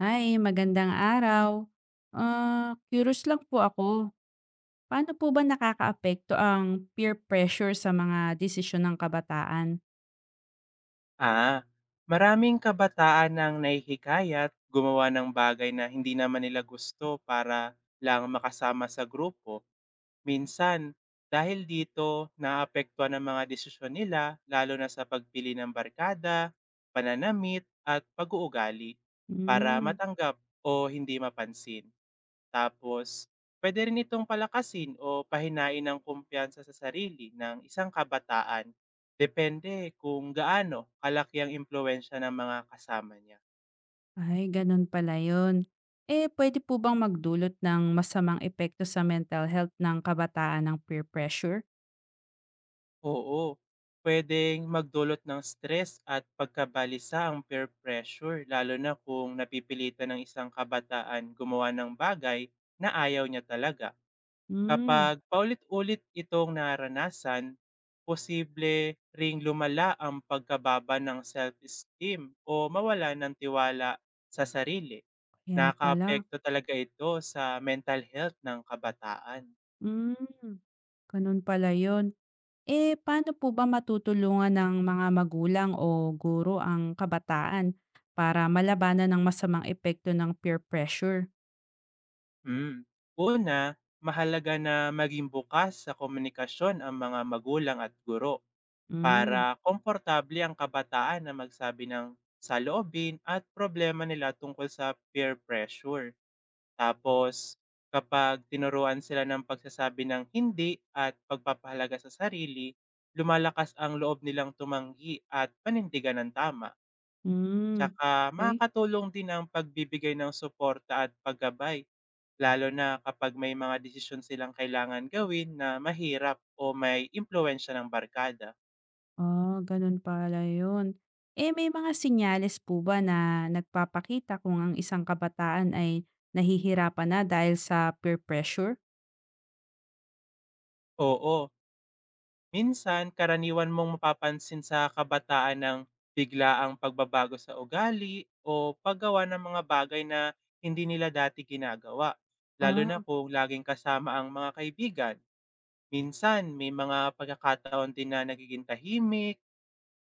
Hi, magandang araw. Ah, curious lang po ako. Paano po ba nakakaapekto ang peer pressure sa mga desisyon ng kabataan? Ah, Maraming kabataan ang nahihikayat gumawa ng bagay na hindi naman nila gusto para lang makasama sa grupo. Minsan, dahil dito, naapektuhan ang mga desisyon nila, lalo na sa pagpili ng barkada, pananamit at pag-uugali para Hmm, matanggap o hindi mapansin. Tapos, puwede rin itong palakasin o pahinain ng kumpiyansa sa sarili ng isang kabataan, depende kung gaano kalaki ang impluwensiya ng mga kasama niya. ay, ganun pala yun. Eh, pwede po bang magdulot ng masamang epekto sa mental health ng kabataan ng peer pressure? Oo, puwedeng magdulot ng stress at pagkabalisa ang peer pressure, lalo na kung napipilitan ng isang kabataan gumawa ng bagay na ayaw niya talaga. Hmm, Kapag paulit-ulit itong naranasan, posible ring lumala ang pagkababa ng self-esteem o mawala ng tiwala sa sarili. Kaya pala. Nakakaapekto talaga ito sa mental health ng kabataan. Hmm, Ganun pala yun. Eh, paano po ba matutulungan ng mga magulang o guro ang kabataan para malabanan ang masamang epekto ng peer pressure? Mm. Una, mahalaga na maging bukas sa komunikasyon ang mga magulang at guro, Hmm. para komportable ang kabataan na magsabi ng saloobin at problema nila tungkol sa peer pressure. Tapos, kapag tinuruan sila ng pagsasabi ng hindi at pagpapahalaga sa sarili, lumalakas ang loob nilang tumanggi at panindigan ng tama. Hmm. Tsaka Okey. makakatulong din ang pagbibigay ng suporta at paggabay, lalo na kapag may mga desisyon silang kailangan gawin na mahirap o may impluensya ng barkada. Ah, gano'n pala 'yun. Eh, may mga sinyales po ba na nagpapakita kung ang isang kabataan ay nahihirapan na dahil sa peer pressure? Oo. Minsan, karaniwan mong mapapansin sa kabataan ng bigla ang pagbabago sa ugali o paggawa ng mga bagay na hindi nila dati ginagawa, lalo na Ah, kung laging kasama ang mga kaibigan. Minsan, may mga pagkakataon din na nagiging tahimik,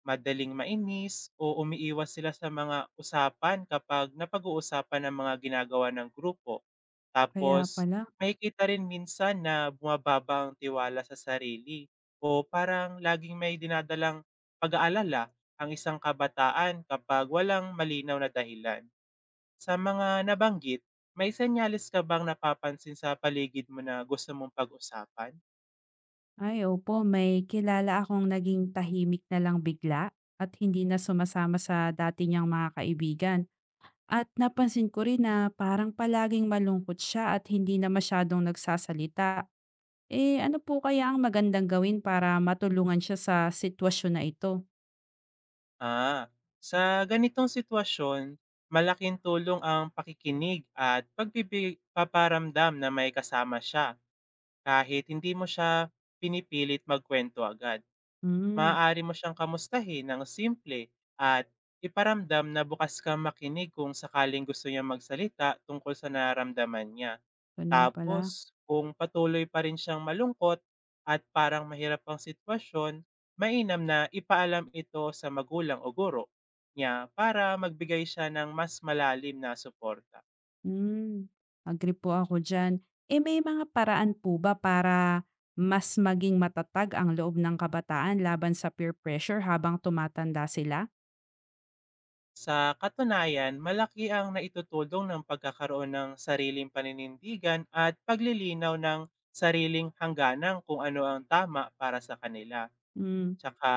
madaling mainis, o umiiwas sila sa mga usapan kapag napag-uusapan ang mga ginagawa ng grupo. kaya Tapos pala. makikita rin minsan na bumababa ang tiwala sa sarili o parang laging may dinadalang pag-aalala ang isang kabataan kapag walang malinaw na dahilan. Sa mga nabanggit, may senyales ka bang napapansin sa paligid mo na gusto mong pag-usapan? Ay, opo, may kilala akong naging tahimik na lang bigla at hindi na sumasama sa dati niyang mga kaibigan. At napansin ko rin na parang palaging malungkot siya at hindi na masyadong nagsasalita. Eh, ano po kaya ang magandang gawin para matulungan siya sa sitwasyon na ito? Ah, sa ganitong sitwasyon, malaking tulong ang pakikinig at pagbibig paparamdam na may kasama siya kahit hindi mo siya pinipilit magkwento agad. Hmm, Maaari mo siyang kamustahin ng simple at iparamdam na bukas kang makinig kung sakaling gusto niya magsalita tungkol sa nararamdaman niya. Ganun pala. Tapos, kung patuloy pa rin siyang malungkot at parang mahirap ang sitwasyon, mainam na ipaalam ito sa magulang o guro niya para magbigay siya ng mas malalim na suporta. Hmm, Agree po ako dyan. Eh, may mga paraan po ba para mas maging matatag ang loob ng kabataan laban sa peer pressure habang tumatanda sila? Sa katunayan, malaki ang naitutulong ng pagkakaroon ng sariling paninindigan at paglilinaw ng sariling hangganang kung ano ang tama para sa kanila. Hmm, Tsaka,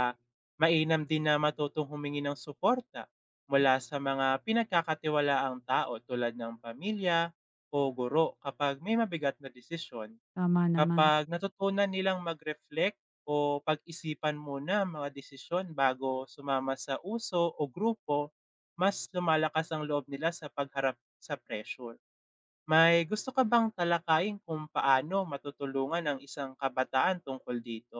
mainam din na matutong humingi ng suporta mula sa mga pinagkakatiwalaang tao tulad ng pamilya o guro kapag may mabigat na desisyon. Tama naman. Kapag natutunan nilang mag-reflect o pag-isipan muna ang mga desisyon bago sumama sa uso o grupo, mas lumalakas ang loob nila sa pagharap sa pressure. May gusto ka bang talakayin kung paano matutulungan ang isang kabataan tungkol dito?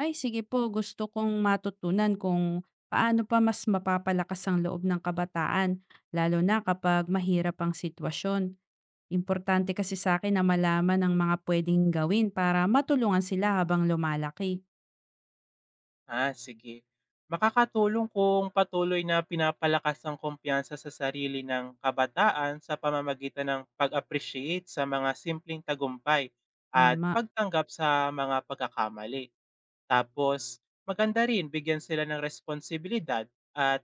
Ay, sige po, gusto kong matutunan kung paano pa mas mapapalakas ang loob ng kabataan, lalo na kapag mahirap ang sitwasyon. Importante kasi sa akin na malaman ang mga pwedeng gawin para matulungan sila habang lumalaki. Sige. Makakatulong kung patuloy na pinapalakas ang kumpiyansa sa sarili ng kabataan sa pamamagitan ng pag-appreciate sa mga simpleng tagumpay at Tama. pagtanggap sa mga pagkakamali. Tapos, maganda rin bigyan sila ng responsibilidad at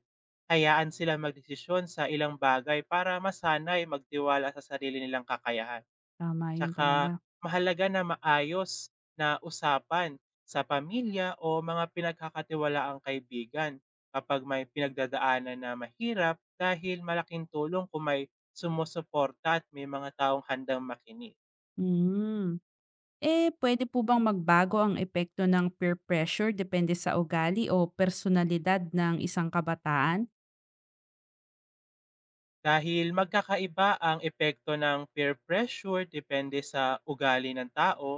hayaan sila magdesisyon sa ilang bagay para masanay magtiwala sa sarili nilang kakayahan. Tama yun Tsaka talaga. mahalaga na maayos na usapan sa pamilya o mga pinagkakatiwalaang kaibigan kapag may pinagdadaanan na mahirap, dahil malaking tulong kung may sumusuporta at may mga taong handang makinig. Mm. Eh, pwede po bang magbago ang epekto ng peer pressure depende sa ugali o personalidad ng isang kabataan? Dahil magkakaiba ang epekto ng peer pressure depende sa ugali ng tao,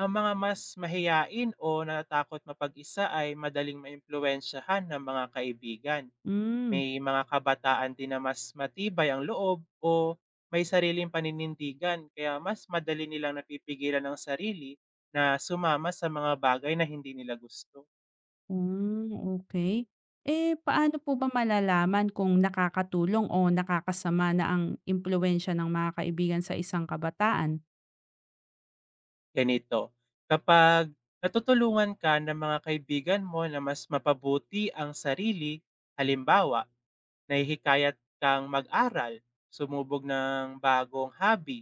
ang mga mas mahiyain o natatakot mapag-isa ay madaling maimpluwensyahan ng mga kaibigan. Mm. May mga kabataan din na mas matibay ang loob o may sariling paninindigan, kaya mas madali nilang napipigilan ang sarili na sumama sa mga bagay na hindi nila gusto. Hmm, okay. Eh, paano po ba malalaman kung nakakatulong o nakakasama na ang impluwensiya ng mga kaibigan sa isang kabataan? Ganito, kapag natutulungan ka ng mga kaibigan mo na mas mapabuti ang sarili, halimbawa, nahihikayat kang mag-aral, sumubog ng bagong hobby,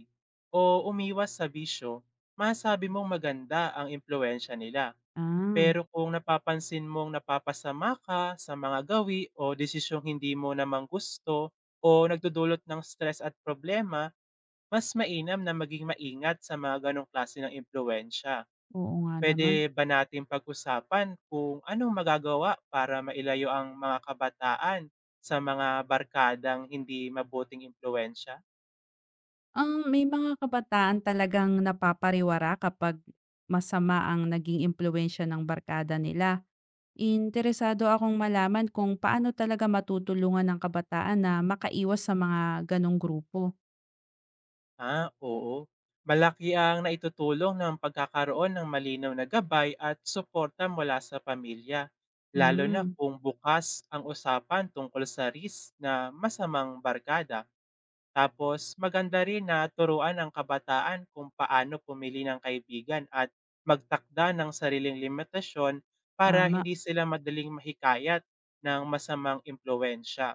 o umiwas sa bisyo, masabi mong maganda ang impluensya nila. Ah, Pero kung napapansin mong napapasama ka sa mga gawi o desisyong hindi mo naman gusto o nagdudulot ng stress at problema, mas mainam na maging maingat sa mga ganong klase ng impluensya. oo nga Pwede naman. ba natin pag-usapan kung anong magagawa para mailayo ang mga kabataan sa mga barkadang hindi mabuting impluensya? Ang may mga kabataan talagang napapariwara kapag masama ang naging impluwensiya ng barkada nila. Interesado akong malaman kung paano talaga matutulungan ng kabataan na makaiwas sa mga gano'ng grupo. Oo. Malaki ang naitutulong ng pagkakaroon ng malinaw na gabay at suporta mula sa pamilya, lalo na Hmm, kung bukas ang usapan tungkol sa risk na masamang barkada. Tapos maganda rin na turuan ang kabataan kung paano pumili ng kaibigan at magtakda ng sariling limitasyon para tama. hindi sila madaling mahikayat ng masamang impluensya.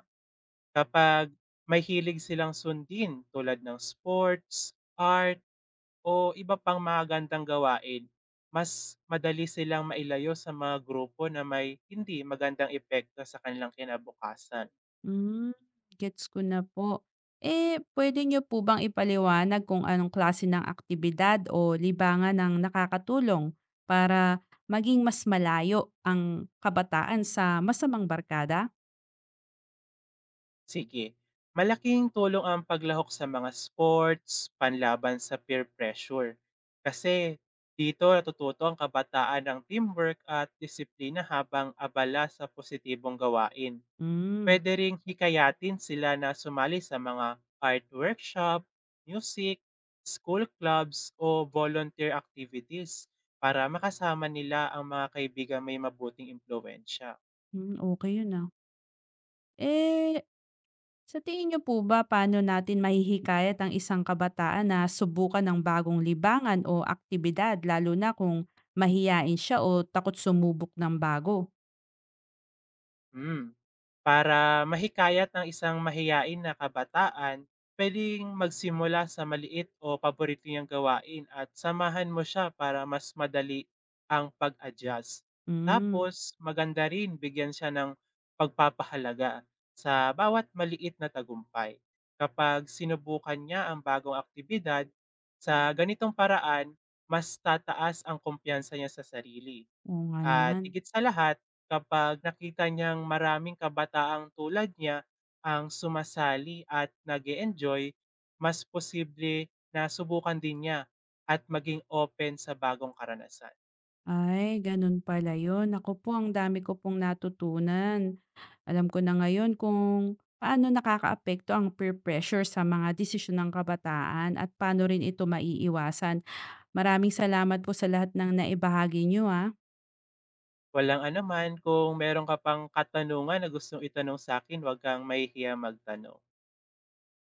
Kapag may hilig silang sundin tulad ng sports, art, o iba pang magagandang gawain, mas madali silang mailayo sa mga grupo na may hindi magandang epekto sa kanilang kinabukasan. Hmm, Gets ko na po. Eh, pwede niyo po bang ipaliwanag kung anong klase ng aktibidad o libangan ang nakakatulong para maging mas malayo ang kabataan sa masamang barkada? Sige, malaking tulong ang paglahok sa mga sports, panlaban sa peer pressure. Kasi dito natututo ang kabataan ng teamwork at disiplina habang abala sa positibong gawain. Hmm. Puwede ring hikayatin sila na sumali sa mga art workshop, music, school clubs o volunteer activities para makasama nila ang mga kaibigan may mabuting impluwensya. Hmm. Okey yun, ah. Eh, sa tingin niyo po ba paano natin mahihikayat ang isang kabataan na subukan ng bagong libangan o aktibidad lalo na kung mahiyain siya o takot sumubok ng bago? Hmm. Para mahikayat ng isang mahiyain na kabataan, pwedeng magsimula sa maliit o paborito niyang gawain at samahan mo siya para mas madali ang pag-adjust. Hmm, Tapos, maganda rin bigyan siya ng pagpapahalaga sa bawat maliit na tagumpay. Kapag sinubukan niya ang bagong aktibidad, sa ganitong paraan, mas tataas ang kumpiyansa niya sa sarili. oo nga At naman. higit sa lahat, kapag nakita niyang maraming kabataang tulad niya ang sumasali at nag enjoy, mas posible na subukan din niya at maging open sa bagong karanasan. Ay, ganun pala yun. Naku po, ang dami ko pong natutunan. Alam ko na ngayon kung paano nakakaapekto ang peer pressure sa mga desisyon ng kabataan at paano rin ito maiiwasan. Maraming salamat po sa lahat ng naibahagi nyo ah. Walang anuman, kung meron ka pang katanungan na gustong itanong sa akin, 'wag kang mahihiya magtanong.